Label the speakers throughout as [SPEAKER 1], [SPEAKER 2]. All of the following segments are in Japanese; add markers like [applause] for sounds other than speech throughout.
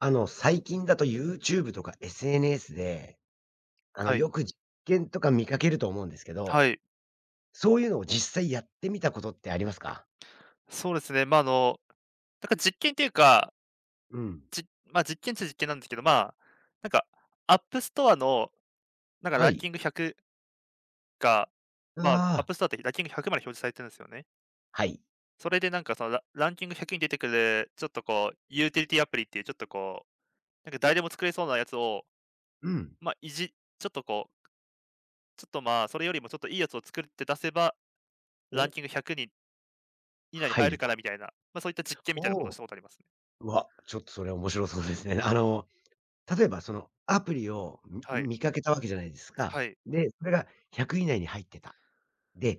[SPEAKER 1] 最近だと YouTube とか SNS で、
[SPEAKER 2] はい。
[SPEAKER 1] よく実験とか見かけると思うんですけど、
[SPEAKER 2] はい。
[SPEAKER 1] そういうのを実際やってみたことってありますか？
[SPEAKER 2] そうですね。まあ、なんか実験っていうか、
[SPEAKER 1] うん。
[SPEAKER 2] まあ、実験っちゃ実験なんですけど、まあ、なんか、アップストアの、なんか
[SPEAKER 1] は
[SPEAKER 2] ラン
[SPEAKER 1] い。
[SPEAKER 2] キング100が、
[SPEAKER 1] あ
[SPEAKER 2] まあ、アッ
[SPEAKER 1] あ、
[SPEAKER 2] プストアってランキング100まで表示されてるんですよね。
[SPEAKER 1] はい。
[SPEAKER 2] それでなんかそのランキング100に出てくる、ちょっとこう、ユーティリティアプリっていうちょっとこう、なんか誰でも作れそうなやつを、
[SPEAKER 1] うん。
[SPEAKER 2] まあ、ちょっとこう、ちょっとまあ、それよりもちょっといいやつを作って出せば、ラン
[SPEAKER 1] お、
[SPEAKER 2] キング100に以内に
[SPEAKER 1] 入
[SPEAKER 2] 入る
[SPEAKER 1] る
[SPEAKER 2] か
[SPEAKER 1] と。
[SPEAKER 2] らみたいな、まあ、そういった実験みたいなことを
[SPEAKER 1] お
[SPEAKER 2] し
[SPEAKER 1] お。
[SPEAKER 2] たことありますね。
[SPEAKER 1] うわ、ちょっとそれ面白そうですね。例えばそのアプリをみ
[SPEAKER 2] はい。
[SPEAKER 1] 見かけたわけじゃないですか。
[SPEAKER 2] はい。
[SPEAKER 1] で、それが100以内に入ってた。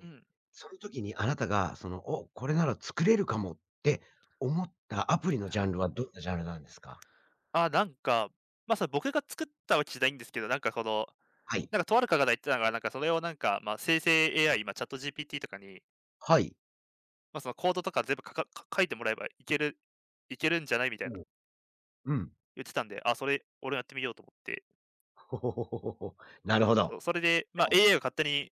[SPEAKER 2] うん。
[SPEAKER 1] その時にあなたがその、お、これなら作れるかもって思ったアプリのジャンルはどんなジャンルなんですか？
[SPEAKER 2] あなんか、まあ、それ僕が作ったわけじゃないんですけど、なんかこの、
[SPEAKER 1] はい。
[SPEAKER 2] なんかとある方が言ってたのが、なんかそれをなんか、まあ、生成 AI、ま、ChatGPT とかに、
[SPEAKER 1] はい。
[SPEAKER 2] まあ、そのコードとか全部書かか書いてもらえばいけるんじゃないみたいな
[SPEAKER 1] おううん。
[SPEAKER 2] 言ってたんで、あ、それ、俺やってみようと思って。
[SPEAKER 1] [laughs] ほほほほほほ。なるほど。
[SPEAKER 2] それで、まあ、AI が勝手に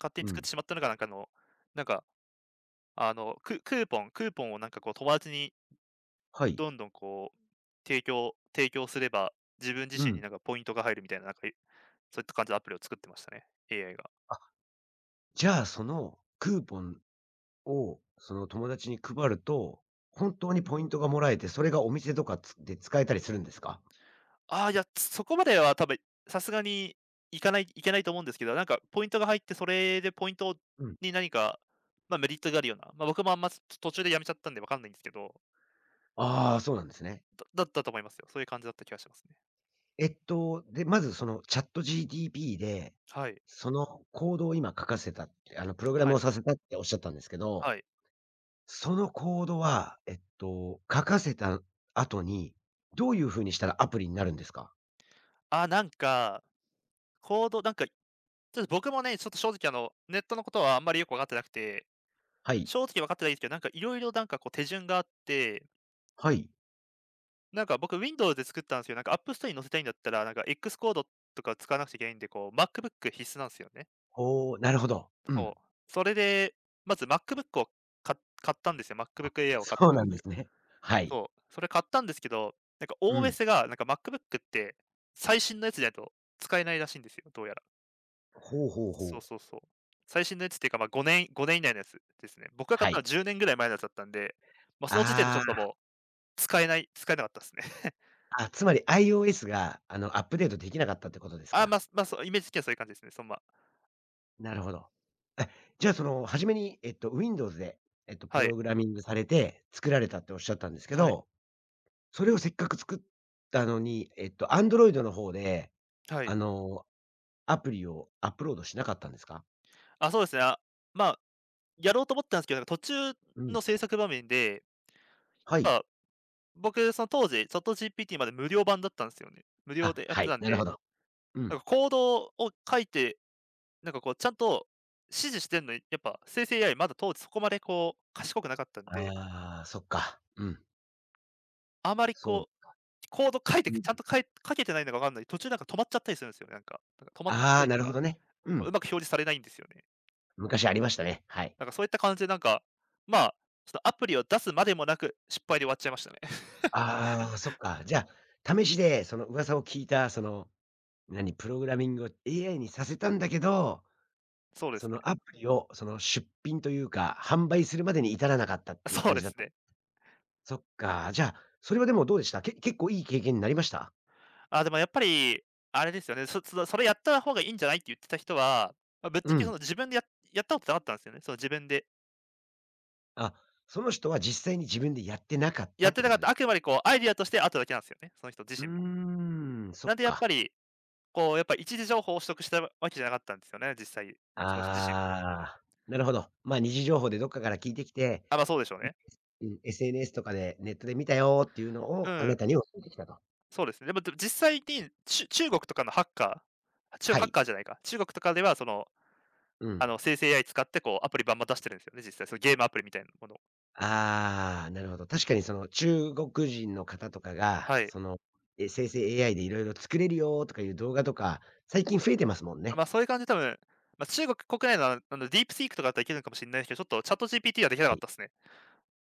[SPEAKER 2] 勝手
[SPEAKER 1] う
[SPEAKER 2] に作って
[SPEAKER 1] ん。
[SPEAKER 2] しまったのが、なんかあの、なんか、あの、クーポンをなんかこう友達に
[SPEAKER 1] はい。
[SPEAKER 2] どんどんこう、提供すれば、自分自
[SPEAKER 1] う
[SPEAKER 2] 身に
[SPEAKER 1] ん。
[SPEAKER 2] なんかポイントが入るみたいな、なんか、そういった感じのアプリを作ってましたね、AI が。
[SPEAKER 1] あ、じゃあ、そのクーポンを、その友達に配ると、本当にポイントがもらえて、それがお店とかで使えたりするんですか？
[SPEAKER 2] ああ、いや、そこまでは多分、さすがにいけないと思うんですけど、なんかポイントが入って、それでポイント
[SPEAKER 1] うん。
[SPEAKER 2] に何か、まあ、メリットがあるような、まあ、僕もあんま、途中でやめちゃったんでわかんないんですけど、
[SPEAKER 1] ああ、そうなんですね。
[SPEAKER 2] だったと思いますよ。そういう感じだった気がしますね。
[SPEAKER 1] で、まずそのチャット g d p で、
[SPEAKER 2] はい。
[SPEAKER 1] そのコードを今書かせたって、プログラ
[SPEAKER 2] は
[SPEAKER 1] ム
[SPEAKER 2] い。
[SPEAKER 1] をさせたっておっしゃったんですけど、
[SPEAKER 2] はい。
[SPEAKER 1] そのコードは、書かせた後に、どういう風にしたらアプリになるんですか？
[SPEAKER 2] あ、なんか、行動なんか、ちょっと僕もね、ちょっと正直あの、ネットのことはあんまりよくわかってなくて、
[SPEAKER 1] はい、
[SPEAKER 2] 正直わかってないんですけど、なんかいろいろなんかこう手順があって
[SPEAKER 1] はい。
[SPEAKER 2] なんか僕 Windows で作ったんですよ。なんか App Store に載せたいんだったら、なんか x コードとか使わなくちゃいけないんで、こう MacBook 必須なんですよね。
[SPEAKER 1] ほう、なるほど。う
[SPEAKER 2] そう。
[SPEAKER 1] ん。
[SPEAKER 2] それで、まず MacBook をか買ったんですよ。
[SPEAKER 1] あ、
[SPEAKER 2] MacBook Air を買っ
[SPEAKER 1] そう
[SPEAKER 2] たん
[SPEAKER 1] な
[SPEAKER 2] で
[SPEAKER 1] んで
[SPEAKER 2] すよ。
[SPEAKER 1] すね。はい。
[SPEAKER 2] そう。それ買ったんですけど、なんか
[SPEAKER 1] うん。
[SPEAKER 2] OS が、なんか MacBook って最新のやつじゃないと使えないらしいんですよ、どうやら。
[SPEAKER 1] ほうほうほ
[SPEAKER 2] そう
[SPEAKER 1] う。
[SPEAKER 2] そうそう。最新のやつっていうか、まあごねん、5年以内のやつですね。僕が買っ
[SPEAKER 1] は
[SPEAKER 2] たのは
[SPEAKER 1] い。
[SPEAKER 2] 10年ぐらい前のやつだったんで、ま、その時点でちょっと
[SPEAKER 1] あ
[SPEAKER 2] もう使えなかったですね。[laughs]
[SPEAKER 1] あ、あ、つまり iOS が、アップデートできなかったってことです
[SPEAKER 2] あ
[SPEAKER 1] か？
[SPEAKER 2] まあ、まあそう、イメージ的にはそういう感じですね。そのまあ
[SPEAKER 1] なるほど。え、じゃあ、その、初めに、Windows で、プ
[SPEAKER 2] はい、
[SPEAKER 1] ログラミングされて作られたっておっしゃったんですけ
[SPEAKER 2] はい、
[SPEAKER 1] ど、それをせっかく作ったのに、Android の方で、
[SPEAKER 2] は
[SPEAKER 1] あ
[SPEAKER 2] い。
[SPEAKER 1] の、アプリをアップロードしなかったんですか？
[SPEAKER 2] あ、そうですね。あ、まあ、やろうと思ったんですけど、なんか途中
[SPEAKER 1] うん。
[SPEAKER 2] の制作場面で、
[SPEAKER 1] は
[SPEAKER 2] や
[SPEAKER 1] い。
[SPEAKER 2] っぱ僕、その当時、c h g p t まで無料版だったんですよね。無料
[SPEAKER 1] あ、
[SPEAKER 2] でやっ
[SPEAKER 1] は
[SPEAKER 2] て
[SPEAKER 1] い、
[SPEAKER 2] たん
[SPEAKER 1] なるほ
[SPEAKER 2] で、
[SPEAKER 1] ど。う
[SPEAKER 2] なん
[SPEAKER 1] ん。
[SPEAKER 2] かコードを書いて、なんかこうちゃんと指示してんのに、やっぱ生成 AI まだ当時そこまでこう賢くなかったんで、
[SPEAKER 1] ああ、そっか。うん。
[SPEAKER 2] あまり
[SPEAKER 1] そう。
[SPEAKER 2] こう、コード書いて、
[SPEAKER 1] うん。
[SPEAKER 2] ちゃんと書けてないのかわかんない、途中なんか止まっちゃったりするんですよね、なんか。なんか止まった
[SPEAKER 1] ああ、
[SPEAKER 2] りと
[SPEAKER 1] なるほ
[SPEAKER 2] か、
[SPEAKER 1] どね。う
[SPEAKER 2] うま
[SPEAKER 1] ん。
[SPEAKER 2] く表示されないんですよね。
[SPEAKER 1] 昔ありましたね。はい。
[SPEAKER 2] なんかそういった感じでなんか、まあ、ちょっとアプリを出すまでもなく、失敗で終わっちゃいましたね。[laughs]
[SPEAKER 1] ああ、そっか。じゃあ、試しでその噂を聞いた、その、何、プログラミングを AI にさせたんだけど、
[SPEAKER 2] そうで
[SPEAKER 1] そ
[SPEAKER 2] すね。
[SPEAKER 1] のアプリをその出品というか、販売するまでに至らなかったっていう
[SPEAKER 2] そう
[SPEAKER 1] 感
[SPEAKER 2] で
[SPEAKER 1] じだっ
[SPEAKER 2] す
[SPEAKER 1] た。
[SPEAKER 2] ね。
[SPEAKER 1] そっか、じゃあ、それはでもどうでした？結構いい経験になりました？
[SPEAKER 2] あ、でもやっぱり、あれですよね、それやった方がいいんじゃないって言ってた人は、まあ、ぶっち
[SPEAKER 1] う
[SPEAKER 2] ゃけそ
[SPEAKER 1] ん。
[SPEAKER 2] の自分でやったことなかったんですよね。その自分で。
[SPEAKER 1] あ、その人は実際に自分でやってなかっ
[SPEAKER 2] や
[SPEAKER 1] た
[SPEAKER 2] っ
[SPEAKER 1] っ
[SPEAKER 2] て
[SPEAKER 1] て
[SPEAKER 2] な
[SPEAKER 1] こ
[SPEAKER 2] かっ
[SPEAKER 1] とで
[SPEAKER 2] た、
[SPEAKER 1] す。
[SPEAKER 2] あくまでこうアイディアとしてあっただけなんですよね、その人自
[SPEAKER 1] う
[SPEAKER 2] 身も。
[SPEAKER 1] ーん、そ
[SPEAKER 2] な
[SPEAKER 1] っ
[SPEAKER 2] んでやっぱ
[SPEAKER 1] か。
[SPEAKER 2] り、こうやっぱり一時情報を取得したわけじゃなかったんですよね、実際、その人自身も。
[SPEAKER 1] ああ、なるほど。まあ、二次情報でどっかから聞いてきて、
[SPEAKER 2] あ、ま、あそうでしょうね。
[SPEAKER 1] うん、SNS とかでネットで見たよっていうの
[SPEAKER 2] う
[SPEAKER 1] をあ
[SPEAKER 2] ん、
[SPEAKER 1] なたに教えてきたと。
[SPEAKER 2] そうですね。でも実際に、中国とかのハッカー、中
[SPEAKER 1] は
[SPEAKER 2] ハッ
[SPEAKER 1] い。
[SPEAKER 2] カーじゃないか、中国とかではその
[SPEAKER 1] う
[SPEAKER 2] あ
[SPEAKER 1] ん。
[SPEAKER 2] の、生成 AI 使ってこうアプリバンバン出してるんですよね、実際。そのゲームアプリみたいなものを。
[SPEAKER 1] ああ、なるほど。確かにその中国人の方とかが、
[SPEAKER 2] はい。
[SPEAKER 1] その、え、生成 AI でいろいろ作れるよとかいう動画とか、最近増えてますもん
[SPEAKER 2] ま
[SPEAKER 1] ね。
[SPEAKER 2] あ、そういう感じで多分、まあ、中国国内のあの、ディープシークとかだったらいけるのかもしれないですけど、ちょっとチャット GPT はできなか
[SPEAKER 1] は
[SPEAKER 2] っ
[SPEAKER 1] い。
[SPEAKER 2] たですね。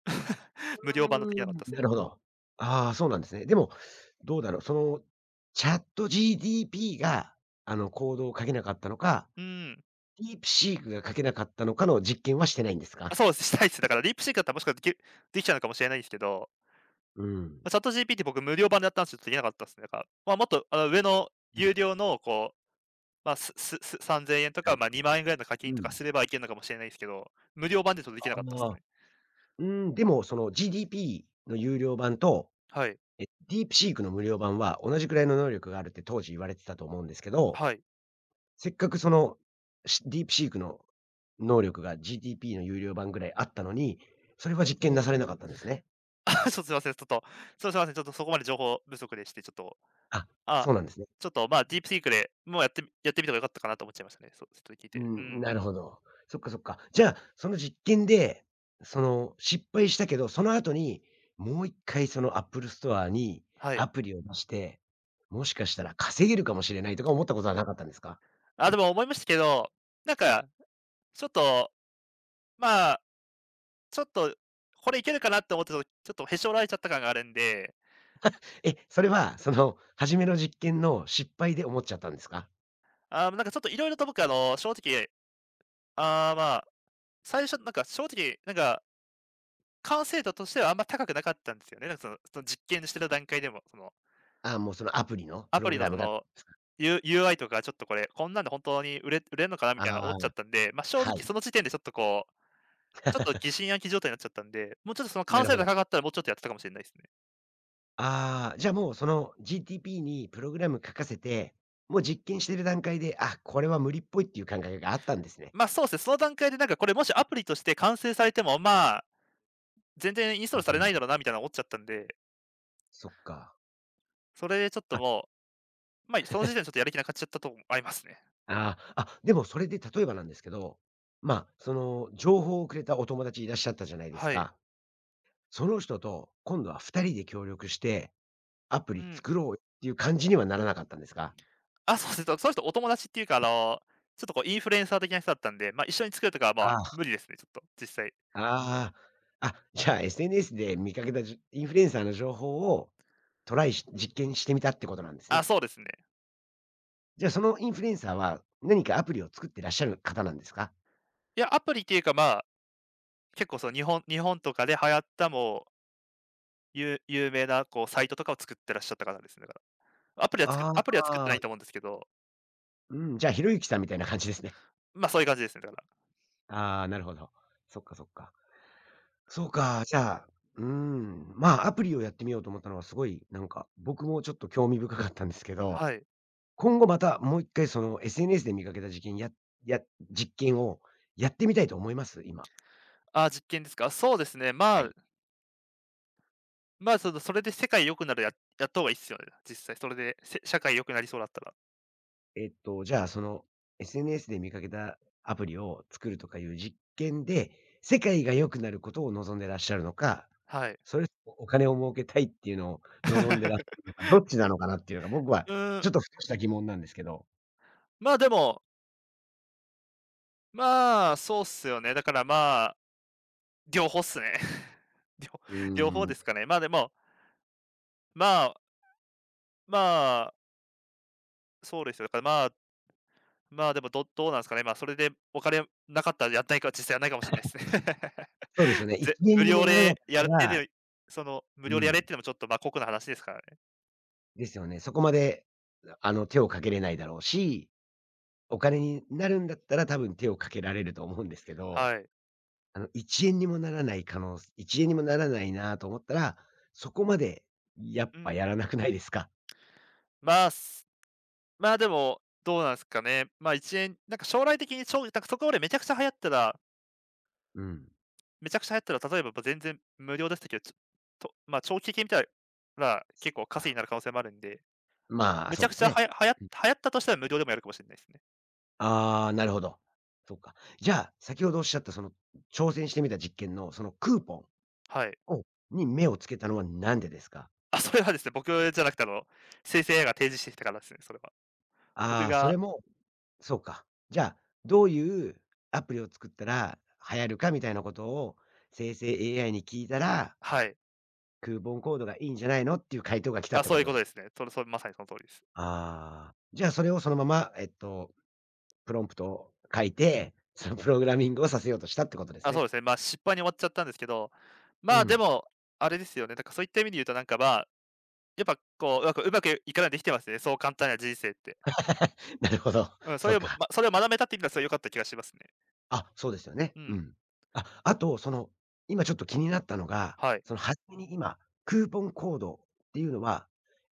[SPEAKER 2] [laughs] 無料版のでき
[SPEAKER 1] うー
[SPEAKER 2] なかっ
[SPEAKER 1] ん。
[SPEAKER 2] たですね。
[SPEAKER 1] なるほど。ああ、そうなんですね。でも、どうだろう、その、ChatGDP が、コードを書けなかったのか、
[SPEAKER 2] うん。
[SPEAKER 1] DeepSeek が書けなかったのかの実験はしてないんです
[SPEAKER 2] まあ、
[SPEAKER 1] か？
[SPEAKER 2] そうです、したいっすね。だからディープシークだったらもしかしたらできちゃうのかもしれないですけど、
[SPEAKER 1] うん。
[SPEAKER 2] まあ、チャット GPT 僕無料版でやったんですけど、できなかったですね。だから、まあ、もっとあの、上の
[SPEAKER 1] うん、な
[SPEAKER 2] 有料のこう、まあ、すすす3000円とか、
[SPEAKER 1] る
[SPEAKER 2] まあ、
[SPEAKER 1] ほど
[SPEAKER 2] 2万円ぐらいの課金
[SPEAKER 1] う
[SPEAKER 2] とか
[SPEAKER 1] ん。
[SPEAKER 2] すればいけるのかもしれないですけど、無料版でちょっとできなかったです
[SPEAKER 1] ああ、
[SPEAKER 2] ね。
[SPEAKER 1] うん、でも、その GDP の有料版と、
[SPEAKER 2] はい。
[SPEAKER 1] え、DeepSeek の無料版は同じくらいの能力があるって当時言われてたと思うんですけど、
[SPEAKER 2] はい。
[SPEAKER 1] せっかくその、ディープシークの能力が GTP の有料版ぐらいあったのに、それは実験なされなかったんですね。
[SPEAKER 2] [laughs] あ、そう、すいません、ちょっと、そう、すいません、ちょっとそこまで情報不足でして、ちょっと、
[SPEAKER 1] あ、
[SPEAKER 2] あ、
[SPEAKER 1] そうなんですね。
[SPEAKER 2] ちょっと、まあ、ディープシークで、もうやってみた方が良かったかなと思っちゃいましたね。そう、ちょっと聞い
[SPEAKER 1] う
[SPEAKER 2] て。う
[SPEAKER 1] ん、
[SPEAKER 2] ん。
[SPEAKER 1] なるほど。そっかそっか。じゃあ、その実験で、その、失敗したけど、その後に、もう一回その Apple ストアに
[SPEAKER 2] はい。
[SPEAKER 1] アプリを出して、もしかしたら稼げるかもしれないとか思ったことはなかったんですか？
[SPEAKER 2] あ、でも思いましたけど、なんか、ちょっと、まあ、ちょっと、これいけるかなって思ってたとちょっとへし折られちゃった感があるんで、
[SPEAKER 1] え、それは、その、初めの実験の失敗で思っちゃったんですか？
[SPEAKER 2] ああ、なんかちょっと色々と僕、あの、正直、ああ、まあ、最初なんか正直、なんか、完成度としてはあんま高くなかったんですよね。なんかその実験してた段階でも、その
[SPEAKER 1] ああ、もうそのアプリの
[SPEAKER 2] ア
[SPEAKER 1] プ
[SPEAKER 2] プ
[SPEAKER 1] ロ
[SPEAKER 2] リ
[SPEAKER 1] グ
[SPEAKER 2] の
[SPEAKER 1] ラ
[SPEAKER 2] そ
[SPEAKER 1] ムがで
[SPEAKER 2] の、
[SPEAKER 1] すか？
[SPEAKER 2] UI とかちょっとこれ、こんなんで本当に売れんのかなみたいな思
[SPEAKER 1] あ
[SPEAKER 2] っちゃっ
[SPEAKER 1] あ、
[SPEAKER 2] たんで、まあ、正直
[SPEAKER 1] はい。
[SPEAKER 2] その時点でちょっとこう、ちょっと疑心暗鬼状態になっちゃったんで、もうちょっとその
[SPEAKER 1] な
[SPEAKER 2] 完
[SPEAKER 1] る
[SPEAKER 2] 成
[SPEAKER 1] ほ
[SPEAKER 2] 度が
[SPEAKER 1] ど。
[SPEAKER 2] 高かったらもうちょっとやってたかもしれないですね。
[SPEAKER 1] ああ、じゃあもうその GTP にプログラム書かせて、もう実験してる段階で、あ、これは無理っぽいっていう感覚があったんですね。
[SPEAKER 2] ま、あそうですね、その段階でなんかこれもしアプリとして完成されても、まあ、全然インストー
[SPEAKER 1] う
[SPEAKER 2] ルされな
[SPEAKER 1] ん。
[SPEAKER 2] いだろうなみたいな思っちゃったんで、
[SPEAKER 1] そっか。
[SPEAKER 2] それでちょっと
[SPEAKER 1] あ、
[SPEAKER 2] もう、ま、あその時点でちょっとやる気なくなっちゃったとこもありますね。
[SPEAKER 1] ああ、あ、でもそれで例えばなんですけど、まあ、その情報をくれたお友達いらっしゃったじゃないです
[SPEAKER 2] はい。
[SPEAKER 1] か。その人と今度は2人で協力して、アプ
[SPEAKER 2] う
[SPEAKER 1] リ
[SPEAKER 2] ん。
[SPEAKER 1] 作ろうっていう感じにはならなかったんですか？
[SPEAKER 2] あ、そうですね、その人お友達っていうか、あの、ちょっとこうインフルエンサー的な人だったんで、ま、あ一緒に作るとかは、ま、
[SPEAKER 1] ああ。
[SPEAKER 2] 無理ですね、ちょっと、実際。
[SPEAKER 1] ああ、あ、じゃあ SNS で見かけたインフルエンサーの情報をトライし実験してみたってことなんです
[SPEAKER 2] あ、
[SPEAKER 1] ね。
[SPEAKER 2] そうですね。
[SPEAKER 1] じゃあ、そのインフルエンサーは、何かアプリを作ってらっしゃる方なんですか？
[SPEAKER 2] いや、アプリっていうか、まあ、結構その日本とかで流行ったもう、有名なこうサイトとかを作ってらっしゃった方ですね、だから。
[SPEAKER 1] あ
[SPEAKER 2] アプリは作ってな
[SPEAKER 1] あ。
[SPEAKER 2] いと思うんですけど、
[SPEAKER 1] うん、じゃあ、ひろゆきさんみたいな感じですね。
[SPEAKER 2] ま、そういう感じですね、だから。
[SPEAKER 1] [laughs] ああ、なるほど。そっかそっか。そうか、じゃあ、うーん、まあ、アプリをやってみようと思ったのはすごい、なんか、僕もちょっと興味深かったんですけど、
[SPEAKER 2] はい。
[SPEAKER 1] 今後またもう一回その SNS で見かけたじけやや実験をやってみたいと思います？今。
[SPEAKER 2] あ、実験ですか。そうですね、
[SPEAKER 1] は
[SPEAKER 2] まあ、
[SPEAKER 1] い。
[SPEAKER 2] その、それで世界良くなるややった方がいいっすよね、実際それで、社会良くなりそうだったら。
[SPEAKER 1] じゃあ、その SNS で見かけたアプリを作るとかいう実験で、世界が良くなることを望んでらっしゃるのか、
[SPEAKER 2] はい。
[SPEAKER 1] それお金を儲けたいっていうのを望んでらっしゃる
[SPEAKER 2] [laughs]
[SPEAKER 1] のか、どっちなのかなっていうのが僕は
[SPEAKER 2] うーん、
[SPEAKER 1] ちょっとふとした疑問なんですけど。
[SPEAKER 2] まあ、でもまあ、そうっすよね。だからまあ、両方っすね。[laughs] 両
[SPEAKER 1] うー
[SPEAKER 2] 両方で
[SPEAKER 1] ん、
[SPEAKER 2] すかね。まあ、でも、まあまあ、そうですよ。だからまあでもどうなんですかね。まあ、それでお金なかったらやんないか実際やらないかもしれないですね。
[SPEAKER 1] そうですよ
[SPEAKER 2] [laughs]
[SPEAKER 1] ね。
[SPEAKER 2] ぜ
[SPEAKER 1] 1円
[SPEAKER 2] 無
[SPEAKER 1] にも
[SPEAKER 2] 料
[SPEAKER 1] ならなかっ
[SPEAKER 2] でや
[SPEAKER 1] た
[SPEAKER 2] るって
[SPEAKER 1] ら。
[SPEAKER 2] でその、無
[SPEAKER 1] う
[SPEAKER 2] 料でやれっ
[SPEAKER 1] ん、
[SPEAKER 2] ていうのもちょっと、まあ、酷な話ですからね。
[SPEAKER 1] ですよね。そこまで、手をかけれないだろうし、お金になるんだったら多分手をかけられると思うんですけど。
[SPEAKER 2] はい。
[SPEAKER 1] 1円にもならないなと思ったら、そこまでやっ
[SPEAKER 2] う
[SPEAKER 1] ぱ
[SPEAKER 2] ん。
[SPEAKER 1] やらなくないですか？
[SPEAKER 2] まあ、すまあ、でも、どうなんですかね。まあ、一円なんか将来的になんかそこまで
[SPEAKER 1] うん。
[SPEAKER 2] めちゃくちゃ流行ったら、例えば、ま、全然無料でしたけど、ちょと、まあ、長期的に見たら、結
[SPEAKER 1] そっ
[SPEAKER 2] 構稼ぎに
[SPEAKER 1] か。
[SPEAKER 2] なる可能性もあるんで、
[SPEAKER 1] まあ、
[SPEAKER 2] めち
[SPEAKER 1] そう
[SPEAKER 2] ゃ
[SPEAKER 1] で
[SPEAKER 2] くち
[SPEAKER 1] す
[SPEAKER 2] ゃは
[SPEAKER 1] ね。
[SPEAKER 2] やはや流行ったとしたら無料でもやるかもしれないですね。
[SPEAKER 1] ああ、なるほど。そっか。じゃあ、先ほどおっしゃったその挑戦してみた実験のそのクーポ
[SPEAKER 2] はい。
[SPEAKER 1] ンをに目をつけたのはなんでですか？
[SPEAKER 2] あ、それはですね、僕じゃなくて、あの、生成 AI が提示してきたからですね、それは。僕
[SPEAKER 1] ああー、それ
[SPEAKER 2] が
[SPEAKER 1] もそうか。じゃあ、どういうアプリを作ったら流行るかみたいなことを生成 AI に聞いたら、
[SPEAKER 2] はい。
[SPEAKER 1] クーポンコードがいいんじゃないのっていう回答が来たっ
[SPEAKER 2] あ、
[SPEAKER 1] て
[SPEAKER 2] そ
[SPEAKER 1] こ
[SPEAKER 2] ういう
[SPEAKER 1] と
[SPEAKER 2] こ
[SPEAKER 1] で
[SPEAKER 2] と
[SPEAKER 1] す。
[SPEAKER 2] ですね。それそれ、まさにその通りです。
[SPEAKER 1] ああ、じゃあそれをそのまま、プロンプトを書いて、そのプログラミングをさせようとしたってことです
[SPEAKER 2] あ、そう
[SPEAKER 1] ね。
[SPEAKER 2] ですね、まあ、失敗に終わっちゃったんですけど、
[SPEAKER 1] う
[SPEAKER 2] まあ、で
[SPEAKER 1] ん。
[SPEAKER 2] も、あれですよね、だからそういった意味で言うと、なんか、まあ、やっぱ、こう、うまくいかないできてますね、そう簡単な人生って。
[SPEAKER 1] なるほど。[laughs]
[SPEAKER 2] うん、
[SPEAKER 1] そうか。
[SPEAKER 2] それを学べたっていうのは、それ良かった気がしますね。
[SPEAKER 1] あ、そうですよね。
[SPEAKER 2] う
[SPEAKER 1] う
[SPEAKER 2] ん、
[SPEAKER 1] ん。あ、あと、その、今ちょっと気になったのが、
[SPEAKER 2] はい。
[SPEAKER 1] その初めに今、クーポンコードっていうのは、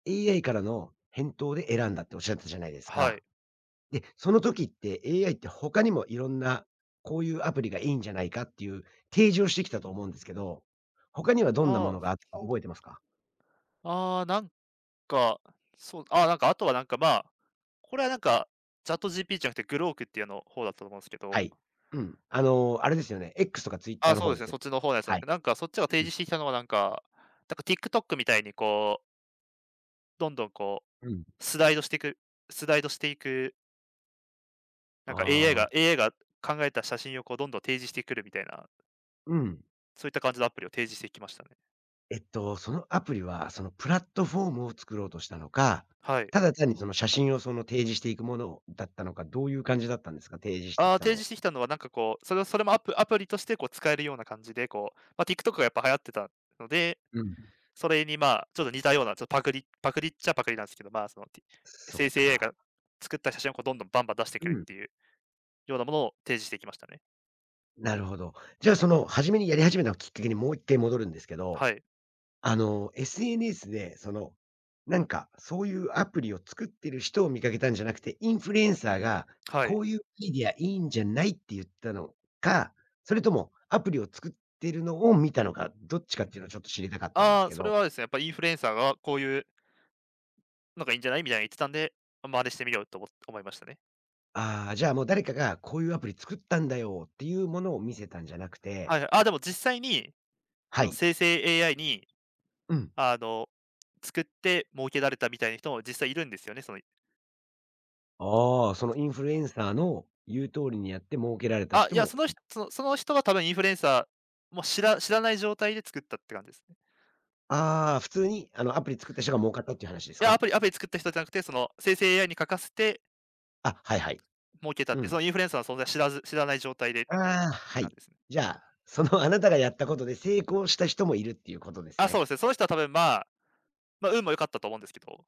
[SPEAKER 1] AI からの返答で選んだっておっしゃってたじゃないです
[SPEAKER 2] はい。
[SPEAKER 1] か。で、その時って AI って他にもいろんな、こういうアプリがいいんじゃないかっていう提示をしてきたと思うんですけど、他にはどんなも
[SPEAKER 2] あ
[SPEAKER 1] のがあったか覚えてますか？
[SPEAKER 2] あ、ああ、なんか、そう、なんか、あとはなんか、まあ、これはなんか、ChatGPT じゃなくてグロークっていうの方だったと思うんですけ
[SPEAKER 1] は
[SPEAKER 2] ど、
[SPEAKER 1] い。うん。あれですよね、X とか Twitter の
[SPEAKER 2] そう
[SPEAKER 1] 方
[SPEAKER 2] で
[SPEAKER 1] で
[SPEAKER 2] すね、
[SPEAKER 1] すよ。
[SPEAKER 2] そっちの方のやつなんで
[SPEAKER 1] は
[SPEAKER 2] す
[SPEAKER 1] い。
[SPEAKER 2] けど、なんかそっちが提
[SPEAKER 1] う
[SPEAKER 2] 示
[SPEAKER 1] ん。
[SPEAKER 2] してきたのはなんか、なんか TikTok みたいにこう、どんどんこ
[SPEAKER 1] うん。
[SPEAKER 2] う、スライドしていくスライドしていく、なんか AI
[SPEAKER 1] あ
[SPEAKER 2] が
[SPEAKER 1] あ、
[SPEAKER 2] AI が考えた写真をこうどんどん提示してくるみたいな、
[SPEAKER 1] うん。
[SPEAKER 2] そういった感じのアプリを提示してきましたね。
[SPEAKER 1] そのアプリは、そのプラットフォームを作ろうとしたのか、
[SPEAKER 2] はい。
[SPEAKER 1] ただ単にその写真をその提示していくものだったのか、どういう感じだったんですか？提示してきた
[SPEAKER 2] 提示
[SPEAKER 1] の。
[SPEAKER 2] してきたのはなんかこう、それをそれもアプリとしてこう使えるような感じで、こう、まあ、TikTok がやっぱ流行ってたので
[SPEAKER 1] うん。
[SPEAKER 2] それにまあ、ちょっと似たような、ちょっとパクリっちゃパクリなんですけど、まあ、その、
[SPEAKER 1] そっ
[SPEAKER 2] 生成 AI
[SPEAKER 1] か。
[SPEAKER 2] が作った写真をこうどんどんバンバン出して
[SPEAKER 1] う
[SPEAKER 2] くるっ
[SPEAKER 1] ん。
[SPEAKER 2] ていうようなものを提示していきましたね。
[SPEAKER 1] なるほど。じゃあ、その初めにやり始めたきっかけにもう一回戻るんですけど、
[SPEAKER 2] はい。
[SPEAKER 1] SNS で、その、なんか、そういうアプリを作ってる人を見かけたんじゃなくて、インフルエンサーが、
[SPEAKER 2] は
[SPEAKER 1] こ
[SPEAKER 2] い。
[SPEAKER 1] ういうアイディアいいんじゃないって言ったのか、それともアプリを作ってるのを見たのか、どっちかっていうのをちょっと知りたかったんです
[SPEAKER 2] ああ、
[SPEAKER 1] け
[SPEAKER 2] それ
[SPEAKER 1] ど。
[SPEAKER 2] はですね、やっぱインフルエンサーがこういうのがいいんじゃないみたいに言ってたんで、真似してみようと思いましたね。
[SPEAKER 1] ああ、じゃあもう誰かがこういうアプリ作ったんだよっていうものを見せたんじゃなく
[SPEAKER 2] はい
[SPEAKER 1] て。
[SPEAKER 2] はい。あ、でも実際に、そ
[SPEAKER 1] は
[SPEAKER 2] の
[SPEAKER 1] い。
[SPEAKER 2] 生成 AI に、
[SPEAKER 1] うん。
[SPEAKER 2] あの、作って儲けられたみたいな人も実際いるんですよね、その、
[SPEAKER 1] ああ、そのインフルエンサーの言う通りにやって儲けられた
[SPEAKER 2] あ、い
[SPEAKER 1] 人
[SPEAKER 2] や、
[SPEAKER 1] も
[SPEAKER 2] そ
[SPEAKER 1] い
[SPEAKER 2] の
[SPEAKER 1] る
[SPEAKER 2] 人
[SPEAKER 1] と。
[SPEAKER 2] そのその人は多分インフルエンサーも知らない状態で作ったって感じですね。
[SPEAKER 1] ああ、普通にあのアプリ作った人が儲かったっていう話です
[SPEAKER 2] いや、
[SPEAKER 1] か？
[SPEAKER 2] アプリ作った人じゃなくて、その生成 AI に書かせて
[SPEAKER 1] あ、はいはい。
[SPEAKER 2] 儲けたっ
[SPEAKER 1] う
[SPEAKER 2] て、そ
[SPEAKER 1] ん。
[SPEAKER 2] のインフルエンサーの存在知らず知らない状態でって
[SPEAKER 1] ああ、は
[SPEAKER 2] 感じ
[SPEAKER 1] い。
[SPEAKER 2] ですね。
[SPEAKER 1] じゃあ、その [laughs] あなたがやったことで成功した人もいるっていうことです
[SPEAKER 2] あ、そう
[SPEAKER 1] ね。
[SPEAKER 2] ですね。その人は多分、ま、運も良かったと思うんですけど、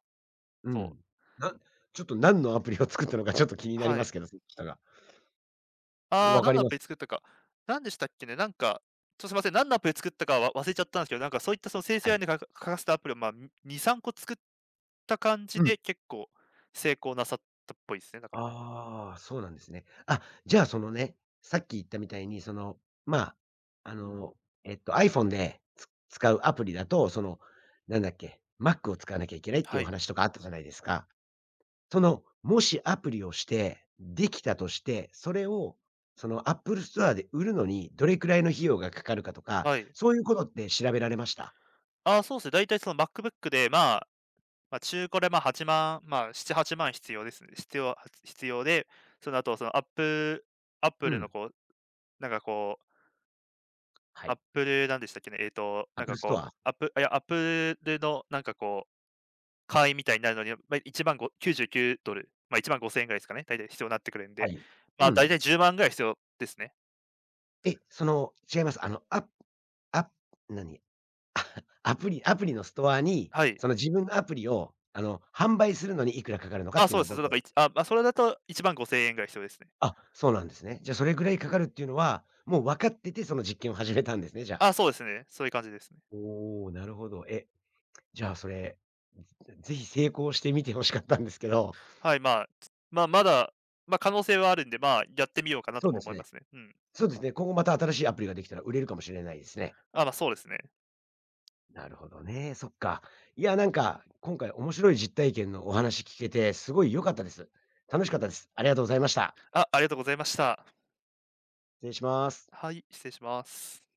[SPEAKER 1] うん。
[SPEAKER 2] そう、
[SPEAKER 1] なちょっと何のアプリを作ったのかちょっと気になり
[SPEAKER 2] は
[SPEAKER 1] ます
[SPEAKER 2] い。
[SPEAKER 1] けど、その人が。
[SPEAKER 2] ああ、
[SPEAKER 1] わか
[SPEAKER 2] 何の
[SPEAKER 1] り
[SPEAKER 2] ア
[SPEAKER 1] ま
[SPEAKER 2] プリ
[SPEAKER 1] す。
[SPEAKER 2] 作ったか、何でしたっけね、なんか、ちょっとすいません、何のアプリ作ったかは忘れちゃったんですけど、なんかそういったその生成
[SPEAKER 1] は
[SPEAKER 2] AI
[SPEAKER 1] い。
[SPEAKER 2] に書かせたアプリを、ま、2、3個作った感じ
[SPEAKER 1] うん。
[SPEAKER 2] で、結構成功なさったっぽいですね、だから。
[SPEAKER 1] ああ、そうなんですね。あ、じゃあそのね、さっき言ったみたいに、その、まあ、あの、iPhone で使うアプリだと、その、なんだっけ、Mac を使わなきゃいけないってい
[SPEAKER 2] は
[SPEAKER 1] うお
[SPEAKER 2] い、
[SPEAKER 1] 話とかあったじゃないですか。その、もしアプリをして、できたとして、それを、その、Apple ストアで売るのにどれくらいの費用がかかるかとか、
[SPEAKER 2] はい。
[SPEAKER 1] そういうことって調べられました？
[SPEAKER 2] ああ、そうですね、だいたいその MacBook で、まあ、中古で、ま、8万、まあ、7、8万必要ですね。必要は必要で、その後、その、アップアップ
[SPEAKER 1] う
[SPEAKER 2] ルの、
[SPEAKER 1] ん。
[SPEAKER 2] こう、なんか、こう、
[SPEAKER 1] は
[SPEAKER 2] アッ
[SPEAKER 1] い。
[SPEAKER 2] プルなんでしたっけね、なんか、
[SPEAKER 1] Apple ス
[SPEAKER 2] こ
[SPEAKER 1] ト
[SPEAKER 2] う、
[SPEAKER 1] ア
[SPEAKER 2] アップルの、なんか、こう、会員みたいになるのには、まあ、1万99ドル、まあ、1万5千円ぐらいですかね、大体必要になってくるん
[SPEAKER 1] は
[SPEAKER 2] で、
[SPEAKER 1] い。
[SPEAKER 2] まあ、
[SPEAKER 1] う
[SPEAKER 2] 大
[SPEAKER 1] ん。
[SPEAKER 2] 体10万ぐらい必要ですね。
[SPEAKER 1] え、その、違います。ア何？[laughs] アプリのストアに、
[SPEAKER 2] はい。
[SPEAKER 1] その自分のアプリを、販売するのにいくらかかるのかっ
[SPEAKER 2] あ、
[SPEAKER 1] てい
[SPEAKER 2] そ
[SPEAKER 1] う
[SPEAKER 2] うで
[SPEAKER 1] のを
[SPEAKER 2] す。だ
[SPEAKER 1] 僕
[SPEAKER 2] か
[SPEAKER 1] は。
[SPEAKER 2] ら、いちあ、まあ、それだと1万5千円ぐらい必要ですね。
[SPEAKER 1] あ、そうなんですね。じゃあ、それぐらいかかるっていうのは、もう分かってて、その実験を始めたんですね、じゃあ。
[SPEAKER 2] あ、そうですね。そういう感じですね。
[SPEAKER 1] おお、なるほど。じゃあ、それ、ぜひ成功してみて欲しかったんですけど。
[SPEAKER 2] はい、まあ、まだ、まあ、可能性はあるんで、まあ、やってみようかなと
[SPEAKER 1] そう
[SPEAKER 2] も
[SPEAKER 1] です
[SPEAKER 2] 思いま
[SPEAKER 1] ね。
[SPEAKER 2] すね。うん。
[SPEAKER 1] そうですね、今後また新しいアプリができたら売れるかもしれないですね。
[SPEAKER 2] あ、まあ、そうですね。
[SPEAKER 1] なるほどね、そっか。いや、なんか、今回面白い実体験のお話聞けて、すごい良かったです。楽しかったです。ありがとうございました。
[SPEAKER 2] あ、ありがとうございました。
[SPEAKER 1] 失礼します。
[SPEAKER 2] はい、失礼します。